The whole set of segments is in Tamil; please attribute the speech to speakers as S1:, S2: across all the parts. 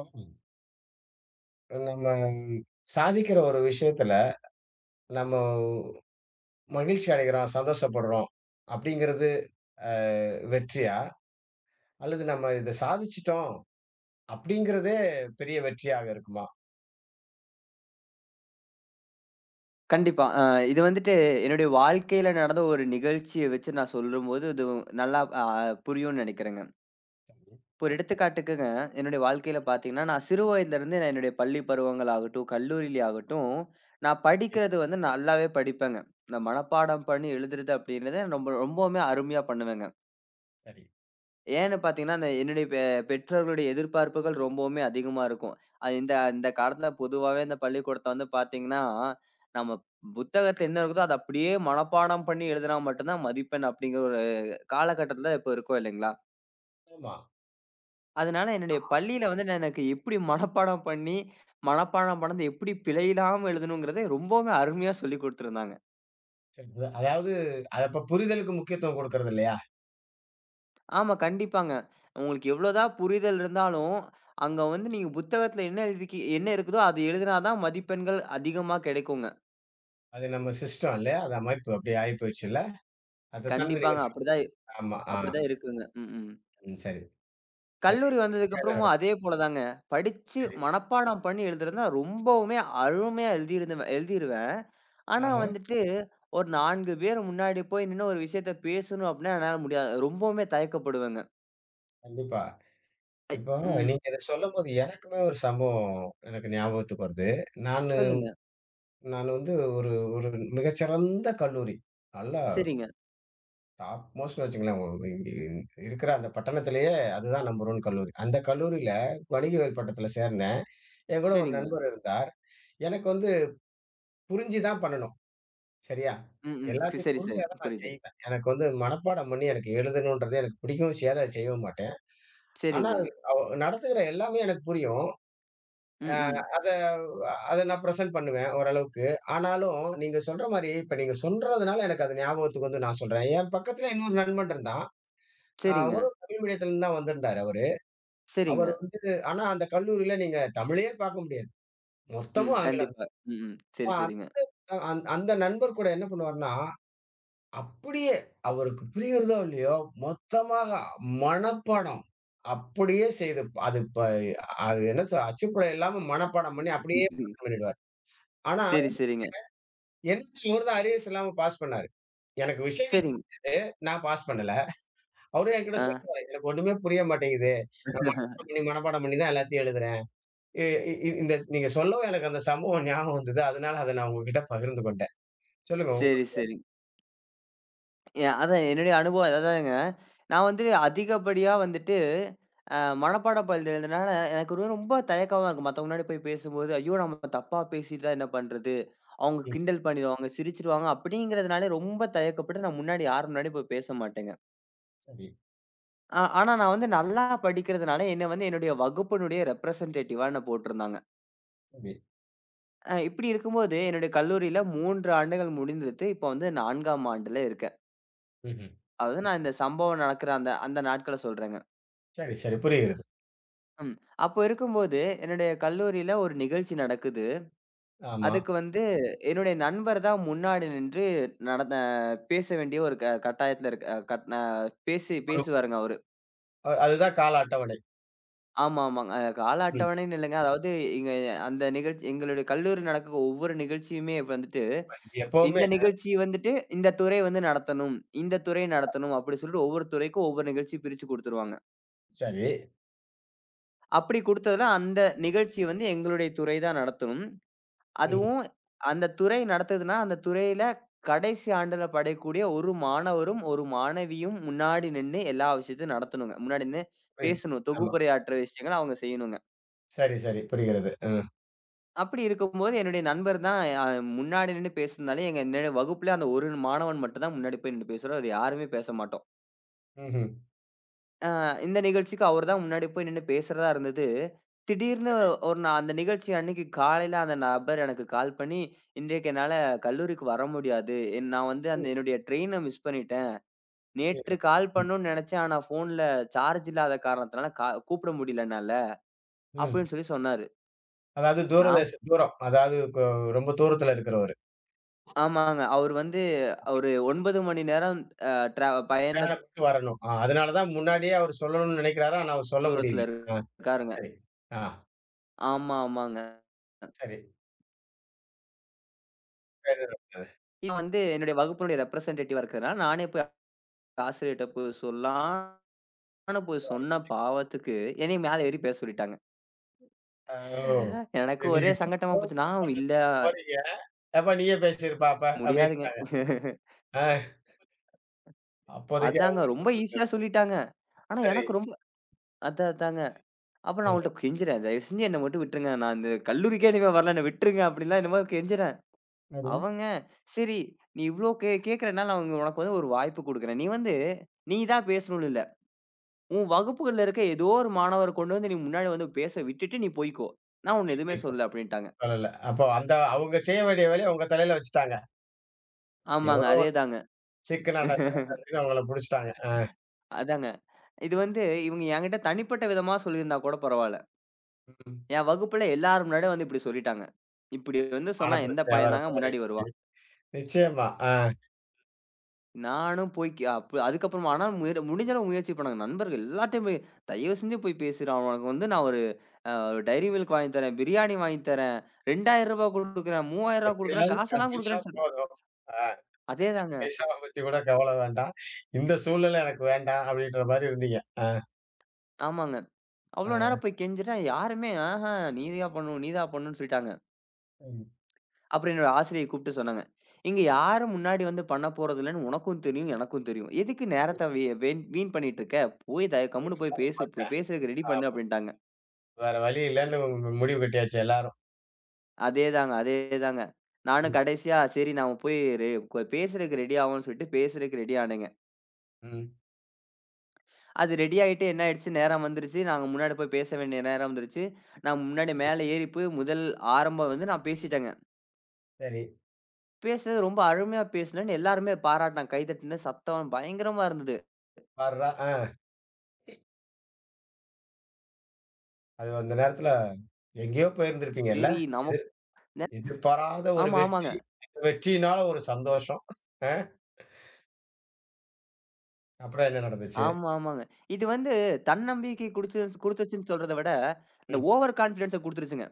S1: ஆமா. நம்ம சாதிக்கிற ஒரு விஷயத்துல, நம்ம மகிழ்ச்சி அடைகிறோம், சந்தோஷப்படுறோம் அப்படிங்கிறது அ வெற்றியா? அல்லது நம்ம இத சாதிச்சுட்டோம் அப்படிங்கிறதே பெரிய வெற்றியாக இருக்குமா?
S2: கண்டிப்பா. இது வந்துட்டு என்னுடைய வாழ்க்கையில நடந்த ஒரு நிகழ்ச்சிய வச்சு நான் சொல்லும்போது, இது நல்லா புரியும்னு நெனைக்கிறேங்க. இப்போ ஒரு எடுத்துக்காட்டுக்குங்க, என்னுடைய வாழ்க்கையில பார்த்தீங்கன்னா, நான் சிறு வயதிலிருந்து நான் என்னுடைய பள்ளி பருவங்கள் ஆகட்டும், கல்லூரியிலே ஆகட்டும், நான்
S1: சரி,
S2: படிக்கிறது வந்து நல்லாவே படிப்பேங்க. இந்த மனப்பாடம் பண்ணி எழுதுறது அப்படிங்கிறது ரொம்ப ரொம்பவுமே அருமையா பண்ணுவேங்க.
S1: சரி.
S2: ஏன்னு பார்த்தீங்கன்னா, அந்த என்னுடைய பெற்றோர்களுடைய எதிர்பார்ப்புகள் ரொம்பவுமே அதிகமா இருக்கும். அது இந்த இந்த காலத்துல பொதுவாவே இந்த பள்ளிக்கூடத்த வந்து பார்த்தீங்கன்னா, நம்ம புத்தகத்துல என்ன இருக்குதோ, அத அப்படியே மனப்பாடம் பண்ணி எழுதுனா மட்டும் தான் மதிப்பெண் அப்படிங்கிற ஒரு காலகட்டத்துல இப்ப இருக்கோம் இல்லைங்களா?
S1: ஆமா.
S2: அதனால என்னுடைய பள்ளியில வந்து நான் எனக்கு எப்படி மனப்பாடம் பண்ணி, மனப்பாடம் பண்ணது எப்படி பிழையில்லாம எழுதணுங்கிறத ரொம்பவுமே அருமையா சொல்லிக் குடுத்திருந்தாங்க.
S1: சரி. அத அதாவது அது அப்ப புரிதலுக்கு முக்கியத்துவம் குடுக்கறது இல்லையா?
S2: ஆமா, கண்டிப்பாங்க. உங்களுக்கு எவ்வளோதான் புரிதல் இருந்தாலும், அங்க வந்து நீங்க புத்தகத்துல என்ன எழுதிருக்கி என்ன இருக்குதோ அது எழுதினா தான் மதிப்பெண்கள் அதிகமா கிடைக்குங்க.
S1: அது நம்ம சிஸ்டம் இல்லையா? அது அமைப்பு அப்படி ஆயி போயிடுச்சுல்ல. அதத்தானே நீங்க
S2: கண்டிப்பாங்க.
S1: சொல் ஆமா. ஆ.
S2: அப்படிதான் இருக்குங்க. ம். ம்.
S1: ம். சரி, சரி.
S2: கல்லூரி
S1: என்ன
S2: வந்ததுக்கப்புறமும்
S1: நடக்குது?
S2: அதே போல தாங்க. படிச்சு
S1: சரி.
S2: மனப்பாடம் பண்ணி எழுதுறதுன்னா ரொம்பவுமே அருமையா எழுதிருவேன். ஆனா
S1: ஆஹா.
S2: வந்துட்டு ஒரு 4 பேர் முன்னாடி போய் நின்னு ஒரு விஷயத்த பேசணும் அப்படின்னா என்னால முடியாது. ரொம்பவுமே தயக்கப்படுவேங்க.
S1: கண்டிப்பா. இப்போ
S2: ம்.
S1: நீங்க இத சொல்லும்போது எனக்குமே ஒரு சம்பவம் எனக்கு ஞாபகத்துக்கு வருது. நானு
S2: சொல்லுங்க.
S1: நான் வந்து ஒரு ஒரு மிகச்சிறந்த கல்லூரி. நல்லா
S2: சரிங்க, சரிங்க,
S1: டாப் மோஸ்ட்ன்னு வச்சுக்கங்களேன். இருக்கிற அந்த பட்டணத்திலேயே அதுதான் நம்பர் 1 கல்லூரி. அந்த கல்லூரியில வணிகவியல் பட்டத்துல சேர்ந்தேன். என் கூட ஒரு
S2: சரிங்க.
S1: நண்பர் இருந்தார். எனக்கு வந்து புரிஞ்சு தான் பண்ணணும். சரியா?
S2: ம், ம்.
S1: எல்லாத்தையும்
S2: சரி, சரி.
S1: புரிஞ்சா தான் நான்
S2: புரியுது.
S1: செய்வேன். எனக்கு வந்து மனப்பாடம் பண்ணி எனக்கு எழுதணுன்றது எனக்கு பிடிக்கவும் செய்யாது. அத செய்யவும் மாட்டேன். ஆனா,
S2: சரிங்க.
S1: அவ நடத்துகிற எல்லாமே எனக்கு புரியும்.
S2: ம்ஹ்ம்.
S1: அத அத நான் பிரசன்ட் பண்ணுவேன் ஓரளவுக்கு. ஆனாலும் நீங்க சொல்ற மாரி, இப்ப நீங்க சொல்றதுனால எனக்கு அது ஞாபகத்துக்கு வந்து நான் சொல்றேன். என் பக்கத்துல இன்னொரு நண்பன் இருந்தான்.
S2: சரிங்க,
S1: ஒரு தமிழ் மீடியத்துலருந்து தான் வந்திருந்தாரு அவரு. அவர்
S2: சரிங்க.
S1: வந்து ஆனா அந்த கல்லூரியில நீங்க தமிழே பார்க்க முடியாது.
S2: ம்.
S1: மொத்தமும் ஆங்கிலம்.
S2: கண்டிப்பா. ம். சரி,
S1: அ
S2: சரிங்க.
S1: அந் அந்த நண்பர் கூட என்ன பண்ணுவாருன்னா, அப்படியே அவருக்கு புரியுறதோ இல்லையோ, மொத்தமாக மனப்பாடம் அப்படியே செய்து அது இப்ப அது என்ன சொ அச்சுப்பிழை இல்லாம மனப்பாடம் பண்ணி அப்படியே பிரசன்ட் பண்ணிடுவார். ஆனா
S2: சரி, சரிங்க.
S1: எனக்கு இவரு தான் அரியர்ஸ் இல்லாம பாஸ் பண்ணாரு. எனக்கு விஷயங்கள்
S2: சரிங்
S1: புரிஞ்சது. நான் பாஸ் பண்ணல. அவரும் என்கிட்ட
S2: ஆ.
S1: சொல்லுவாரு. "எனக்கு ஒண்ணுமே புரிய மாட்டேங்குது. நான் மனப்பாடம் பண்ணி, மனப்பாடம் பண்ணி தான் எல்லாத்தையும் எழுதுறேன்." இ இ இ இந்த நீங்க சொல்லவும் எனக்கு அந்த சம்பவம் ஞாபகம் வந்தது. அதனால அத நான் உங்ககிட்ட பகிர்ந்து கொண்டேன். சொல்லுங்க உங்க
S2: சரி, சரி. அதான் என்னுடைய அனுபவம் அதுதாங்க. நான் வந்து அதிகப்படியா வந்துட்டு மனப்பாட பகுதியில இருந்தனால எனக்கு ரொம்ப தயக்கமா இருக்கும். மத்தவங்க முன்னாடி போய் பேசும்போது, ஐயோ! நம்ம தப்பா பேசிட்டா என்ன பண்றது? அவங்க
S1: ம்.
S2: கிண்டல் பண்ணிருவாங்க, சிரிச்சுருவாங்க அப்படிங்கிறதுனாலே ரொம்ப தயக்கப்பட்டு நான் முன்னாடி யார் முன்னாடியும் போய் பேச மாட்டேங்க.
S1: சரி,
S2: ஆனா நான் வந்து நல்லா படிக்கிறதுனால, என்ன வந்து என்னுடைய வகுப்பினுடைய ரெப்ரசன்டேட்டிவா என்ன போட்டிருந்தாங்க.
S1: சரி.
S2: இப்படி இருக்கும்போது, என்னுடைய கல்லூரியில 3 ஆண்டுகள் முடிந்துவிட்டு, இப்போ வந்து 4ஆம் ஆண்டுல இருக்கேன்.
S1: ம்ஹ்ம்.
S2: அதாவது நான் இந்த சம்பவம் நடக்கிற அந்த அந்த நாட்கள சொல்றேங்க.
S1: சரி, சரி. புரிகிறது.
S2: ம். அப்போ இருக்கும்போது, என்னுடைய கல்லூரியில ஒரு நிகழ்ச்சி நடக்குது.
S1: ஆமா.
S2: அதுக்கு வந்து என்னுடைய நண்பர் தான் முன்னாடி நின்று நடந்த பேச வேண்டிய ஒரு கட்டாயத்தில இருக்க கட் அ
S1: ஒரு
S2: பேசுவாருங்க அவரு.
S1: அதுதான் கால அட்டவணை.
S2: ஆமா, ஆமாங்க. கால
S1: ம்.
S2: அட்டவணைன்னு இல்லங்க. அதாவது இங்க அந்த நிகழ்ச்சி எங்களுடைய கல்லூரி நடக்க ஒவ்வொரு நிகழ்ச்சியுமே வந்துட்டு
S1: இது எப்பவுமே
S2: இந்த நிகழ்ச்சி வந்துட்டு இந்த துறை வந்து நடத்தணும். இந்த துறை நடத்தணும் அப்படி சொல்லிட்டு ஒவ்வொரு துறைக்கும் ஒவ்வொரு நிகழ்ச்சி பிரிச்சு குடுத்துருவாங்க.
S1: சரி.
S2: அப்படி குடுத்ததுல அந்த நிகழ்ச்சி வந்து எங்களுடைய துறை தான் நடத்தணும்.
S1: ம்ஹ்ம்.
S2: அதுவும் அந்த துறை நடத்துதுன்னா, அந்த துறையில கடைசி ஆண்டுல படையக்கூடிய ஒரு மாணவரும், ஒரு மாணவியும் முன்னாடி நின்னு எல்லா விஷயத்தையும் நடத்தணுங்க. முன்னாடி நின்னு
S1: புரியுது.
S2: பேசணும்.
S1: ஆமா.
S2: தொகுப்புரையாற்ற விஷயங்கள அவங்க செய்யணுங்க.
S1: சரி, சரி. புரிகிறது. அ.
S2: அப்படி இருக்கும்போது என்னுடைய நண்பர் தான் முன்னாடி நின்னு பேசுனதுனால எங்க என்னுடைய வகுப்புல அந்த ஒரு மாணவன் மட்டும் தான் முன்னாடி போய் நின்னு பேசுறாரு. வேற யாருமே பேச மாட்டோம்.
S1: ம்ஹ்ம்.
S2: ஆ இந்த நிகழ்ச்சிக்கு அவர் தான் முன்னாடி போய் நின்னு பேசுறதா இருந்தது. திடீர்னு
S1: சரி.
S2: நான் அந்த நிகழ்ச்சி அன்னைக்கு காலையில அந்த நபர் எனக்கு கால் பண்ணி, "இன்றைக்கு என்னால கல்லூரிக்கு வர முடியாது. நான் வந்து
S1: ம்.
S2: அந்த என்னுடைய ட்ரெயின மிஸ் பண்ணிட்டேன். நேற்று
S1: புரிகிறது.
S2: கால்
S1: ம்.
S2: பண்ணணும்னு நெனச்சேன். ஆனா ஃபோன்ல சார்ஜ் இல்லாத காரணத்தினால கூப்பிட முடியல என்னால."
S1: ம்.
S2: அப்படின்னு சொன்னாரு.
S1: அதாவது தூரதேச
S2: நான்
S1: தூரம். அதாவது கொ ரொம்ப தூரத்துல இருக்கிறவரு.
S2: ஆமாங்க. அவரு வந்து ஒரு 9 மணி நேரம் அ ட்ரா பயண
S1: பிரயாணப்பட்டு வரணும். ஆ அதனால தான் முன்னாடியே அவரு சொல்லணும்னு நெனைக்கிறாரு. ஆனா அவரு சொல்ல
S2: தூரத்துல
S1: முடியல. ஆ
S2: இருக்காருங்க.
S1: சரி. ஆ
S2: ஆமா, ஆமாங்க.
S1: சரி.
S2: நான் வந்து என்னுடைய வகுப்பினுடைய ரெப்ரசன்டேட்டிவா இருக்கிறதுனால நானே போய் ஆசிரியர்ட்ட போய் சொல்லாம். நானும் போய் சொன்ன பாவத்துக்கு, என்னைய மேல ஏறி பேச சொல்லிட்டாங்க.
S1: ஆ ஓ!
S2: எனக்கு
S1: இது நீங்க
S2: ஒரே சங்கட்டமா
S1: phone
S2: போச்சு. நான் இல்ல
S1: பண்றதுக்கு போறீங்க. "ஏப்பா நீயே பேசிருப்பா அப்ப"
S2: முடியாதுங்க.
S1: அப்படின்ட்டாங்க. ஆ அப்போதைக்கு
S2: அதாங்க
S1: அவங்களுக்கு
S2: ரொம்ப ஈஸியா
S1: புரிஞ்சது.
S2: சொல்லிட்டாங்க. ஆனா
S1: சரி.
S2: எனக்கு ரொம்ப அதாங்க. அப்புறம் நான்
S1: ம்.
S2: அவங்கள்ட்ட கெஞ்சுறேன். தயவு செஞ்சு என்ன மட்டும் விட்டுருங்க. நான் இந்த கல்லூரிக்கே இனிமே வரல. என்ன விட்டுருங்க அப்படிலாம் என்னமோ கெஞ்சுறேன்.
S1: சரி.
S2: அவங்க சரி நீ இவ்ளோ கேட்கிறனால அவங்க உனக்கு வந்து ஒரு வாய்ப்பு குடுக்குறேன். நீ வந்து நீ தான் பேசணும்னு இல்ல. உன் வகுப்புகள்ல இருக்க ஏதோ ஒரு மாணவர கொண்டு வந்து நீ முன்னாடி வந்து பேச விட்டுட்டு நீ போய்க்கோ. நான் உன்ன எதுவுமே
S1: வைக்கும்.
S2: சொல்லல அப்படின்ட்டாங்க.
S1: சொல்லல. அப்போ அந்த அவங்க செய்ய வேண்டிய வேலைய உங்க தலையில வச்சுட்டாங்க.
S2: ஆமாங்க.
S1: எவனோ ஒருத்தன்
S2: அதேதாங்க.
S1: சிக்குனான்டா, சேவனான்னு அவங்கள புடிச்சுட்டாங்க. ஆ.
S2: அதாங்க. இது வந்து இவங்க என்கிட்ட தனிப்பட்ட விதமா சொல்லியிருந்தா கூட பரவால்ல.
S1: ம்.
S2: என் வகுப்புல எல்லார் முன்னாடியும் வந்து இப்டி சொல்லிட்டாங்க. இப்டி வந்து
S1: மான
S2: சொன்னா எந்த
S1: பிரச்சனையா
S2: பையன்
S1: வேற
S2: தாங்க முன்னாடி
S1: மாறிடுச்சு.
S2: வருவான்?
S1: நிச்சயமா. ஆ
S2: நானும் போய் கே அப் அதுக்கப்புறமா ஆனா முடிஞ்ச அளவு முயற்சி பண்ணேங்க. நண்பர்கள் எல்லார்ட்டயும் போய் தயவு செஞ்சு போய் பேசிரு. அவனுக்கு வந்து நான் ஒரு அ டைரி மில்க் வாங்கி தரேன், பிரியாணி வாங்கி தரேன், ரூ. 2000 குடுக்குறேன், ரூ. 3000 குடுக்குறேன்,
S1: எப்படியாவது
S2: காசெல்லாம்
S1: தப்பிச்சா
S2: குடுக்குறேன்னு சொல்
S1: போதும். ஆ
S2: அதேதாங்க.
S1: பைசாவ பத்தி கூட கவல வேண்டாம். இந்த சூழ்நிலை எனக்கு வேண்டாம் அப்படின்ற மாரி இருந்தீங்க. ஆ,
S2: ஆமாங்க. அவ்ளோ
S1: ஆ.
S2: நேரம் போய் கெஞ்சுறேன். யாருமே ஆஹ நீ தான் பண்ணணும், நீ தான் பண்ணணும்னு சொல்லிட்டாங்க.
S1: ம்.
S2: அப்புறம் என்னோட ஆசிரியை கூப்பிட்டு சொன்னாங்க. "இங்க யாரும் முன்னாடி வந்து பண்ண போறதில்லன்னு உனக்கும் தெரியும், எனக்கும் தெரியும். எதுக்கு நேரத்த வே வேண் வீண் பண்ணிட்டு இருக்க? போய்
S1: போய்
S2: கம்முனு போய்
S1: விசாரி
S2: பேசு.
S1: பார்த்தேன்.
S2: பேசுறதுக்கு ரெடி பண்ணு"
S1: ஆமா.
S2: அப்படின்ட்டாங்க.
S1: வேற வழி இல்லன்னு முடிவு கட்டியாச்சு எல்லாரும்.
S2: அதேதாங்க, அதேதாங்க. நானும்
S1: ம்,
S2: கடைசியா சரி நாம போய் ரெ கொ பேசுறதுக்கு ரெடி ஆவோம்ன்னு சொல்லிட்டு பேசுறதுக்கு ரெடி ஆனேங்க.
S1: ம்.
S2: அது ரெடி ஆயிட்டு என்ன ஆயிடுச்சு, நேரம் வந்துருச்சு. நாங்க முன்னாடி போய் பேச வேண்டிய நேரம் வந்துருச்சு. நான் முன்னாடி மேல ஏறி போய் முதல் ஆரம்பம் வந்து நான் பேசிட்டேங்க.
S1: சரி.
S2: பேசுனது ரொம்ப அருமையா பேசுனேன்னு எல்லாருமே பாராட்டுனாங்க. கை தட்டின சத்தம் பயங்கரமா இருந்தது.
S1: பார்றா ஆ அது அந்த நேரத்துல எங்கேயோ போயிருந்திருப்பீங்கல்ல?
S2: சரி நமக்
S1: எதிர் எதிர்பாராத ஒரு
S2: ஆமா, ஆமாங்க.
S1: வெற்றி. அந்த வெற்றியினால ஒரு சந்தோஷம். ஆ அப்புறம் என்ன நடந்துச்சு?
S2: ஆமா, ஆமாங்க. இது வந்து தன்னம்பிக்கை குடுத்துச்சுன்னு சொல்றத விட, இந்த
S1: ம்.
S2: ஓவர் கான்ஃபிடன்ஸ குடுத்துருச்சுங்க.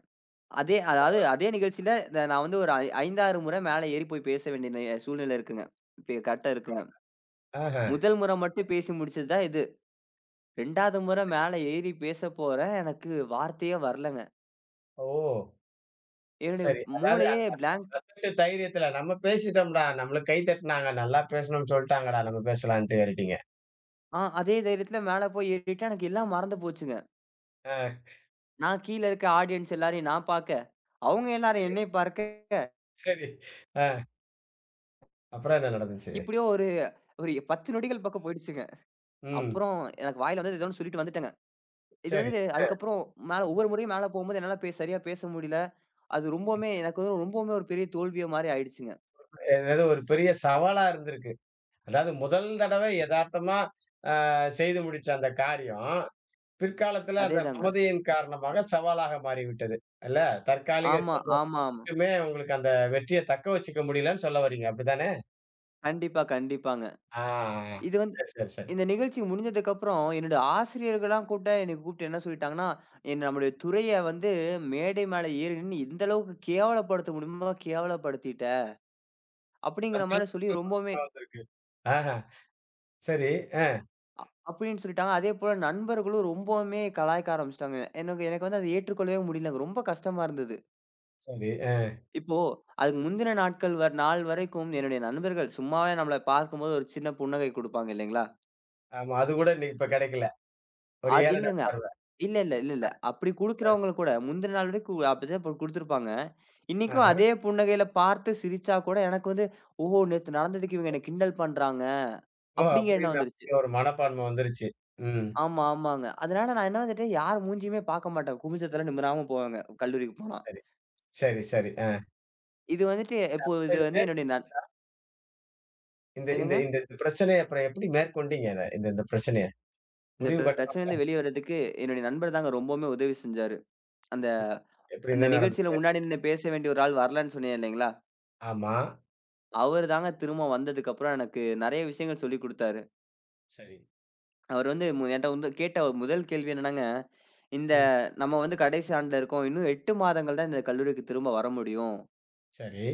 S2: அதே நிகழ்ச்சியில இந்த நான் வந்து ஒரு ஐ 5, 6 முறை மேல ஏறி போய் பேச வேண்டிய சூழ்நிலை இருக்குங்க. இப்ப கரெக்ட்டா இருக்குங்க.
S1: ஆஹ.
S2: முதல் முறை மட்டும் பேசி முடிச்சது தான் இது. 2வது முறை மேல ஏறி பேச போறேன். எனக்கு வார்த்தையே வரலங்க.
S1: ஓ!
S2: என்னுடைய
S1: சரி. அதாவது
S2: மூளையே பிளாங்க்.
S1: ஃபர்ஸ்ட்டு தைரியத்துல நம்ம பேசிட்டோம்டா. நம்மளுக்கு கை தட்டுனாங்க. நல்லா பேசணும்னு சொல்ட்டாங்கடா. நம்ம பேசலான்ட்டு ஏறிட்டீங்க.
S2: அதே தைரியத்துல மேல போய் ஏறிட்டேன். எனக்கு எல்லாம் மறந்து போச்சுங்க.
S1: ஆ
S2: நான் கீழ இருக்க ஆடியன்ஸ் எல்லாரையும் நான் பாக்க, அவங்க எல்லாரும்
S1: சரி,
S2: என்னை பார்க்க
S1: சரி. ஆ அப்புறம் என்ன நடந்துச்சு?
S2: இப்படியோ ஒரு ஒரு 10 நொடிகள் பக்கம் போயிடுச்சுங்க.
S1: ம்.
S2: அப்புறம் எனக்கு வாயில வந்தது ஏதோ ஒண்ணு சொல்லிட்டு வந்துட்டேங்க.
S1: சரி.
S2: அதுக்கப்புறம் மேல ஒவ்வொரு முறையும் மேல போகும்போது என்னால சரியா பேச முடியல. அது ரொம்பவுமே எனக்கு வந்து ரொம்பவுமே ஒரு பெரிய தோல்விய மாரி ஆயிடுச்சுங்க.
S1: ஏதாவது ஒரு பெரிய சவாலா இருந்திருக்கு. அதாவது முதல் தடவ எதார்த்தமா செய்து முடிச்ச அந்த காரியம், பிற்காலத்துல அந்த
S2: அதேதாங்க.
S1: மமதையின் காரணமாக சவாலாக மாறிவிட்டது. இல்ல? தற்காலிக
S2: ஆமா, ஆமா, ஆமா.
S1: சந்தோஷமே உங்களுக்கு அந்த வெற்றிய தக்க வச்சுக்க முடியலன்னு சொல்ல வர்றீங்க. அப்படித்தானே?
S2: கண்டிப்பா, கண்டிப்பாங்க.
S1: ஆ.
S2: இது வந்து
S1: சரி, சரி, சரி.
S2: இந்த நிகழ்ச்சி முடிஞ்சதுக்கப்புறம் என்னோட ஆசிரியர்கள்லாம் கூட என்னைய கூப்பிட்டு என்ன சொல்லிட்டாங்கன்னா, என்ன நம்முடைய துறைய வந்து மேடை மேல ஏறி நின்னு இந்த அளவுக்கு கேவலப்படுத்த முடியுமோ கேவலப்படுத்திட்ட. அப்படிங்கிற
S1: அந்த
S2: மாரி சொல்லி
S1: அளவுக்கு
S2: ரொம்பவுமே
S1: வந்திருக்கு. ஆஹா. சரி.
S2: அப்படின்னு சொல்லிட்டாங்க. அதேபோல நண்பர்களும் ரொம்பவுமே கலாய்க்க ஆரம்பிச்சுட்டாங்க. எனக்கு எனக்கு வந்து அத ஏற்றுக்கொள்ளவே முடியலங்க. ரொம்ப கஷ்டமா இருந்தது.
S1: சரி. அ
S2: இப்போ அதுக்கு முந்தின நாட்கள் நாள் வரைக்கும் என்னுடைய நண்பர்கள் சும்மாவே நம்மள பார்க்கும்போது ஒரு சின்ன புன்னகை குடுப்பாங்க இல்லைங்களா?
S1: ஆமா. அது கூட இன்னைக்கு இப்ப கிடைக்கல. ஒரு
S2: அது
S1: ஏளன
S2: இல்லங்க.
S1: பார்வை.
S2: இல்ல, இல்ல, இல்ல, இல்ல. அப்படி குடுக்கிறவங்க கூட முந்தின நாள் வரைக்கும் அப்படிதான் இப்ப குடுத்துருப்பாங்க. இன்னைக்கும்
S1: ஆஹா.
S2: அதே புன்னகையில பார்த்து சிரிச்சா கூட எனக்கு வந்து, ஓஹோ! நேத்து நடந்ததுக்கு இவங்க என்ன கிண்டல் பண்றாங்க.
S1: ஓ!
S2: அப்படிங்கிற எண்ணம்
S1: அப்படின்னு
S2: வந்துருச்சு.
S1: அப்படி ஒரு மனப்பான்மை வந்துருச்சு. ம்.
S2: ஆமா, ஆமாங்க. அதனால நான் என்ன வந்துட்டு யார் மூஞ்சியுமே பாக்க மாட்டேன். குமிஞ்ச தல நிமிராம போவேங்க, கல்லூரிக்கு போனா.
S1: சரி. சரி, சரி. அ.
S2: இது வந்துட்டு இப்போ
S1: இப்ப
S2: இது
S1: இது
S2: வந்து
S1: மேற்
S2: என்னுடைய நண்
S1: இந்த இந்த
S2: என்னங்க?
S1: இந்த இந்த பிரச்சனைய அப்புறம் எப்படி மேற்கொண்டீங்க அத? இந்த இந்த பிரச்சனைய?
S2: இந்த
S1: முடிவு கட்டணும்ல.
S2: பிரச்சனையிலருந்து வெளிய வரதுக்கு என்னுடைய நண்பர் தாங்க ரொம்பவுமே உதவி செஞ்சாரு. அந்த
S1: எப்படி
S2: அந்த
S1: என்ன
S2: நிகழ்ச்சியில
S1: நடந்தது?
S2: முன்னாடி நின்னு பேச வேண்டிய ஒரு ஆள் வரலன்னு சொன்னேன் இல்லைங்களா?
S1: ஆமா.
S2: அவரு தாங்க திரும்ப வந்ததுக்கப்புறம் எனக்கு நெறைய விஷயங்கள் சொல்லிக் குடுத்தாரு.
S1: சரி.
S2: அவர் வந்து என்ட்ட வந்து கேட்ட ஒரு முதல் கேள்வி என்னன்னாங்க, "இந்த
S1: ம்.
S2: நம்ம வந்து கடைசி ஆண்டுல இருக்கோம். இன்னும் 8 மாதங்கள் தான் இந்த கல்லூரிக்கு திரும்ப வர முடியும்."
S1: சரி.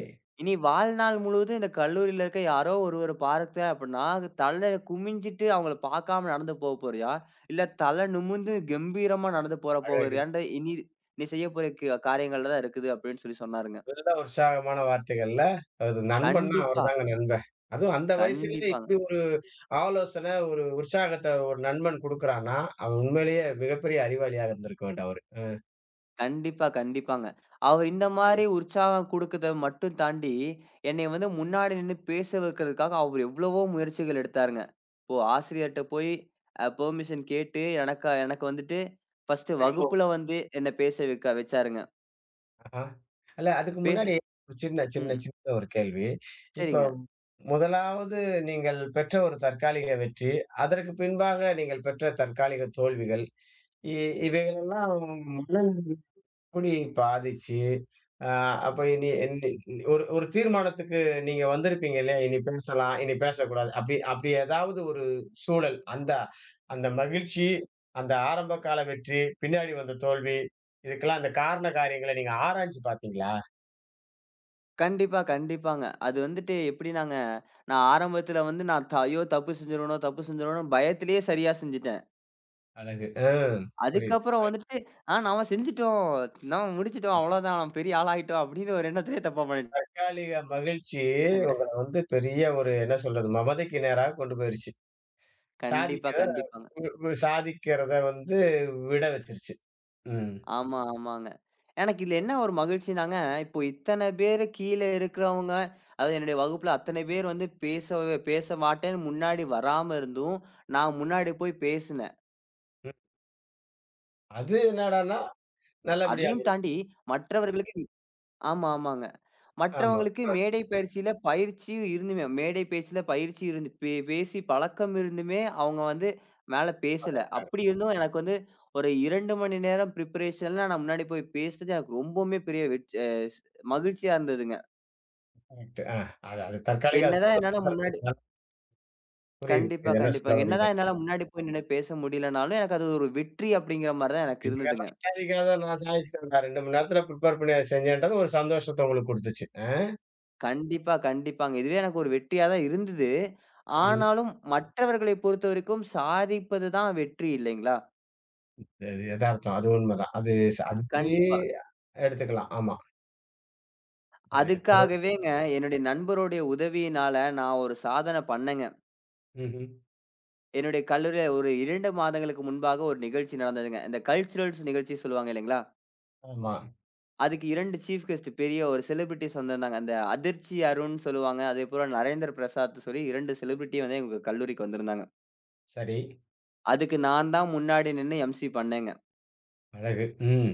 S2: இனி வாழ்நாள் முழுவதும் இந்த கல்லூரியில இருக்க யாரோ ஒருவர பார்த்தேன் அப்டின்னா, தல குமிஞ்சிட்டு அவங்கள பார்க்காம நடந்து போக போறியா? இல்ல தல நிமிர்ந்து கம்பீரமா நடந்து போற
S1: அழகு.
S2: போகிறியான்ற இனி நீ செய்ய போற காரியங்கள்ல தான் இருக்குது அப்டின்னு சொன்னாருங்க.
S1: இதெல்லாம் உற்சாகமான வார்த்தைகள்ல, அது நண்பன்னா
S2: கண்டிப்பா,
S1: அவர்தாங்க நண்பன். அதுவும் அந்த வயசுலயே
S2: கண்டிப்பாங்க.
S1: இப்படி ஒரு ஆலோசனை, ஒரு உற்சாகத்த ஒரு நண்பன் குடுக்குறான்னா, அவன் உண்மையிலேயே மிகப்பெரிய அறிவாளியா இருந்திருக்க வேண்டும் அவரு.
S2: கண்டிப்பா, கண்டிப்பாங்க. அவர் இந்த மாரி உற்சாகம் குடுக்கத மட்டும் தாண்டி, என்னைய வந்து முன்னாடி நின்னு பேச வைக்கிறதுக்காக அவர் எவ்வளவோ முயற்சிகள் எடுத்தாருங்க. இப்போ ஆசிரியர்ட்ட போய் பெர்மிஷன் கேட்டு, எனக்கு வந்துட்டு ஃபர்ஸ்ட்டு வகுப்புல
S1: திரும்பவும்.
S2: வந்து என்ன பேச வைக்க வச்சாருங்க.
S1: ஆஹா. அல்ல அதுக்கு
S2: பேசு
S1: முன்னாடி ஒரு சின்ன
S2: ம்,
S1: சின்ன
S2: ம்.
S1: சின்ன ஒரு கேள்வி. இப்போ
S2: சரிங்க.
S1: முதலாவது நீங்கள் பெற்ற ஒரு தற்காலிக வெற்றி, அதற்கு பின்பாக நீங்கள் பெற்ற தற்காலிக தோல்விகள், இ இவைகளெல்லாம் எப்படி பாதிச்சு, அ அப்ப இனி இனி இனி ஒரு ஒரு தீர்மானத்துக்கு நீங்க வந்திருப்பீங்க இல்லையா? இனி பேசலாம், இனி பேசக்கூடாது. அப்படி அப்படி ஏதாவது ஒரு சூழல், அந்த அந்த மகிழ்ச்சி, அந்த ஆரம்ப கால வெற்றி, பின்னாடி வந்த தோல்வி, இதுக்கெல்லாம் அந்த காரண காரியங்கள நீங்க ஆராய்ஞ்சு பார்த்தீங்களா?
S2: கண்டிப்பா, கண்டிப்பாங்க. அது வந்துட்டு எப்படினாங்க, நான் ஆரம்பத்துல வந்து நான் த ஐயோ! தப்பு செஞ்சுருவேனோன்னு பயத்திலேயே சரியா செஞ்சுட்டேன்.
S1: அழகு. அ புரியுது.
S2: அதுக்கப்புறம் வந்துட்டு, ஆ நாம செஞ்சுட்டோம். நாம முடிச்சுட்டோம். அவ்வளோதான். நம்ம பெரிய ஆளாயிட்டோம் அப்படின்னு ஒரு எண்ணத்திலேயே தப்பா
S1: தற்காலிக மகிழ்ச்சி
S2: பண்ணிட்டேங்க.
S1: உங்கள வந்து பெரிய ஒரு என்ன சொல்றது? மமதைக்கு நேரா கொண்டு போயிருச்சு.
S2: கண்டிப்பா, கண்டிப்பாங்க.
S1: சாதிக்கிறத சாதிக்கிறத வந்து விட வச்சிருச்சு. ம்.
S2: ஆமா, ஆமாங்க. எனக்கு இதுல என்ன ஒரு மகிழ்ச்சினாங்க, இப்போ இத்தன பேரு கீழ இருக்கிறவங்க, அதாவது என்னுடைய வகுப்புல அத்தனை பேர் வந்து பேசவே பேச மாட்டேன்னு முன்னாடி வராம இருந்தும், நான் முன்னாடி போய் பேசினேன்.
S1: ம். அது என்னடான்னா நல்லபடியா
S2: அதையும்
S1: முடியும்.
S2: தாண்டி மற்றவர்களுக்கு ஆமா, ஆமாங்க.
S1: ஆமா.
S2: மற்றவங்களுக்கு
S1: ஆ.
S2: மேடை பேச்சுல பயிற்சி இருந்து பேசி பழக்கம் இருந்துமே அவங்க வந்து மேல பேசல. அப்படி இருந்தும் எனக்கு வந்து ஒரு 2 மணி நேரம் பிரிப்பரேஷன்ல நான் முன்னாடி போய் பேசுனது எனக்கு ரொம்பவுமே பெரிய வெற் அ ஸ் மகிழ்ச்சியா இருந்ததுங்க.
S1: கரெக்ட். ஆ. அது அது தற்காலிக அது
S2: என்னதான் என்னால
S1: சந்தோஷமா
S2: முன்னாடி
S1: இருந்துச்சுனால புரியுது,
S2: கண்டிப்பா,
S1: புரியுது. என்ன சொல்ல
S2: கண்டிப்பாங்க.
S1: வர்றீங்க.
S2: என்னதான் என்னால முன்னாடி போய் நின்னு பேச முடியலனாலும் எனக்கு அது ஒரு வெற்றி அப்படிங்கிற மாரி தான் எனக்கு இருந்ததுங்க.
S1: இவங்கெல்லாம் தேவைக்காக நான் சாதிச்சுட்டேன். நான் 2 மணி நேரத்துல ப்ரிப்பேர் பண்ணி அத செஞ்சேன்றது ஒரு சந்தோஷத்த உங்களுக்கு குடுத்துச்சு. அ.
S2: கண்டிப்பா, கண்டிப்பாங்க. இதுவே எனக்கு ஒரு வெற்றியா தான் இருந்தது.
S1: ம்ஹ்ம்.
S2: ஆனாலும் மற்றவர்களை பொறுத்தவரைக்கும் சாதிப்பது தான் வெற்றி இல்லைங்களா?
S1: அது எதார்த்தம். அது உண்மதான். அது ச அது இப்படி
S2: கண்டிப்பா.
S1: எடுத்துக்கலாம். ஆமா. தொடர்ச்சி.
S2: அதுக்காகவேங்க என்னுடைய நண்பருடைய உதவியினால நான் ஒரு சாதனை பண்ணேங்க.
S1: ம்ஹ்ம்.
S2: என்னுடைய கல்லூரியில ஒரு 2 மாதங்களுக்கு முன்பாக ஒரு நிகழ்ச்சி நடந்ததுங்க. இந்த கல்ச்சுரல்ஸ் நிகழ்ச்சி சொல்லுவாங்க இல்லைங்களா?
S1: ஆமா.
S2: அதுக்கு 2 சீஃப் கெஸ்ட் பெரிய ஒரு செலிபிரிட்டீஸ் வந்திருந்தாங்க. அந்த அதிர்ச்சி அருண் சொல்லுவாங்க. அதேபோல நரேந்திர பிரசாத் சொல்லி 2 செலிபிரிட்டி வந்து எங்க கல்லூரிக்கு வந்திருந்தாங்க.
S1: சரி.
S2: அதுக்கு நான் தான் முன்னாடி நின்னு எம்சி பண்ணேங்க.
S1: அழகு. ம்.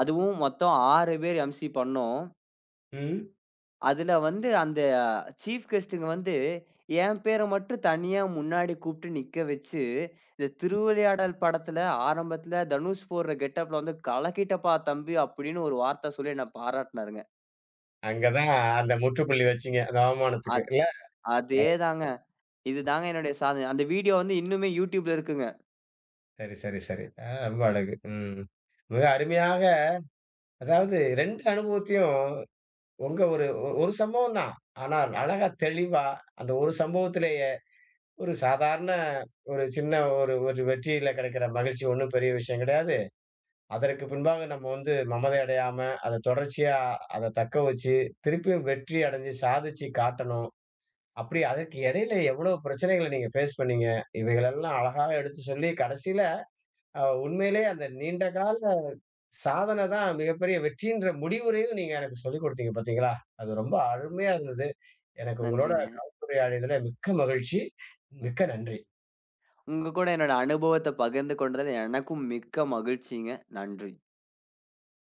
S2: அதுவும் மொத்தம் 6 பேர் எம்சி பண்ணோம்.
S1: ம்.
S2: அதுல வந்து அந்த சீஃப் கெஸ்ட்டுங்க வந்து என் பேர மட்டும் தனியா முன்னாடி கூப்ட்டு நிக்க வச்சு, இந்த திருவிளையாடல் படத்துல ஆரம்பத்துல தனுஷ் போடுற கெட்டப்ல வந்து "கலக்கிட்டப்பா தம்பி" அப்படின்னு ஒரு வார்த்த சொல்லி என்ன பாராட்டுனாருங்க.
S1: அங்க தான் அந்த முற்றுப்புள்ளி வச்சீங்க. அந்த அவமானத்துக்கு
S2: அத்
S1: இல்ல? அழகு.
S2: அதேதாங்க. இதுதாங்க என்னுடைய சாதனை. அந்த வீடியோ வந்து இன்னுமே YouTubeல இருக்குங்க.
S1: சரி, சரி, சரி. அ ரொம்ப அழகு. ம். மிக அருமையாக அதாவது 2 அனுபவத்தையும் உங்க ஒரு ஒ ஒரு சம்பவம் தான். ஆனா அழகா தெளிவா, அந்த ஒரு சம்பவத்திலேயே ஒரு சாதாரண ஒரு சின்ன ஒரு ஒரு வெற்றியில கிடைக்கிற மகிழ்ச்சி ஒண்ணும் பெரிய விஷயம் கிடையாது. அதற்கு பின்பாக நம்ம வந்து மமதை அடையாம, அத தொடர்ச்சியா அத தக்க வச்சு, திருப்பியும் வெற்றி அடைஞ்சு சாதிச்சு காட்டணும். அப்படி அதுக்கு இடையில எவ்வளோ பிரச்சனைகள நீங்க ஃபேஸ் பண்ணீங்க. இவைகளெல்லாம் அழகாக எடுத்து சொல்லி கடைசியில அ உண்மையிலேயே அந்த நீண்ட கால சாதனை தான் மிகப்பெரிய வெற்றின்ற முடிவுரையும் நீங்க எனக்கு சொல்லிக் குடுத்தீங்க பார்த்தீங்களா? அது ரொம்ப அருமையா இருந்தது. எனக்கு உங்களோட
S2: நன்றிங்க.
S1: கலந்துரையாடியதுல மிக்க மகிழ்ச்சி. மிக்க நன்றி.
S2: உங்க கூட என்னோட அனுபவத்த பகிர்ந்து கொண்டதுல எனக்கும் மிக்க மகிழ்ச்சிங்க. நன்றி.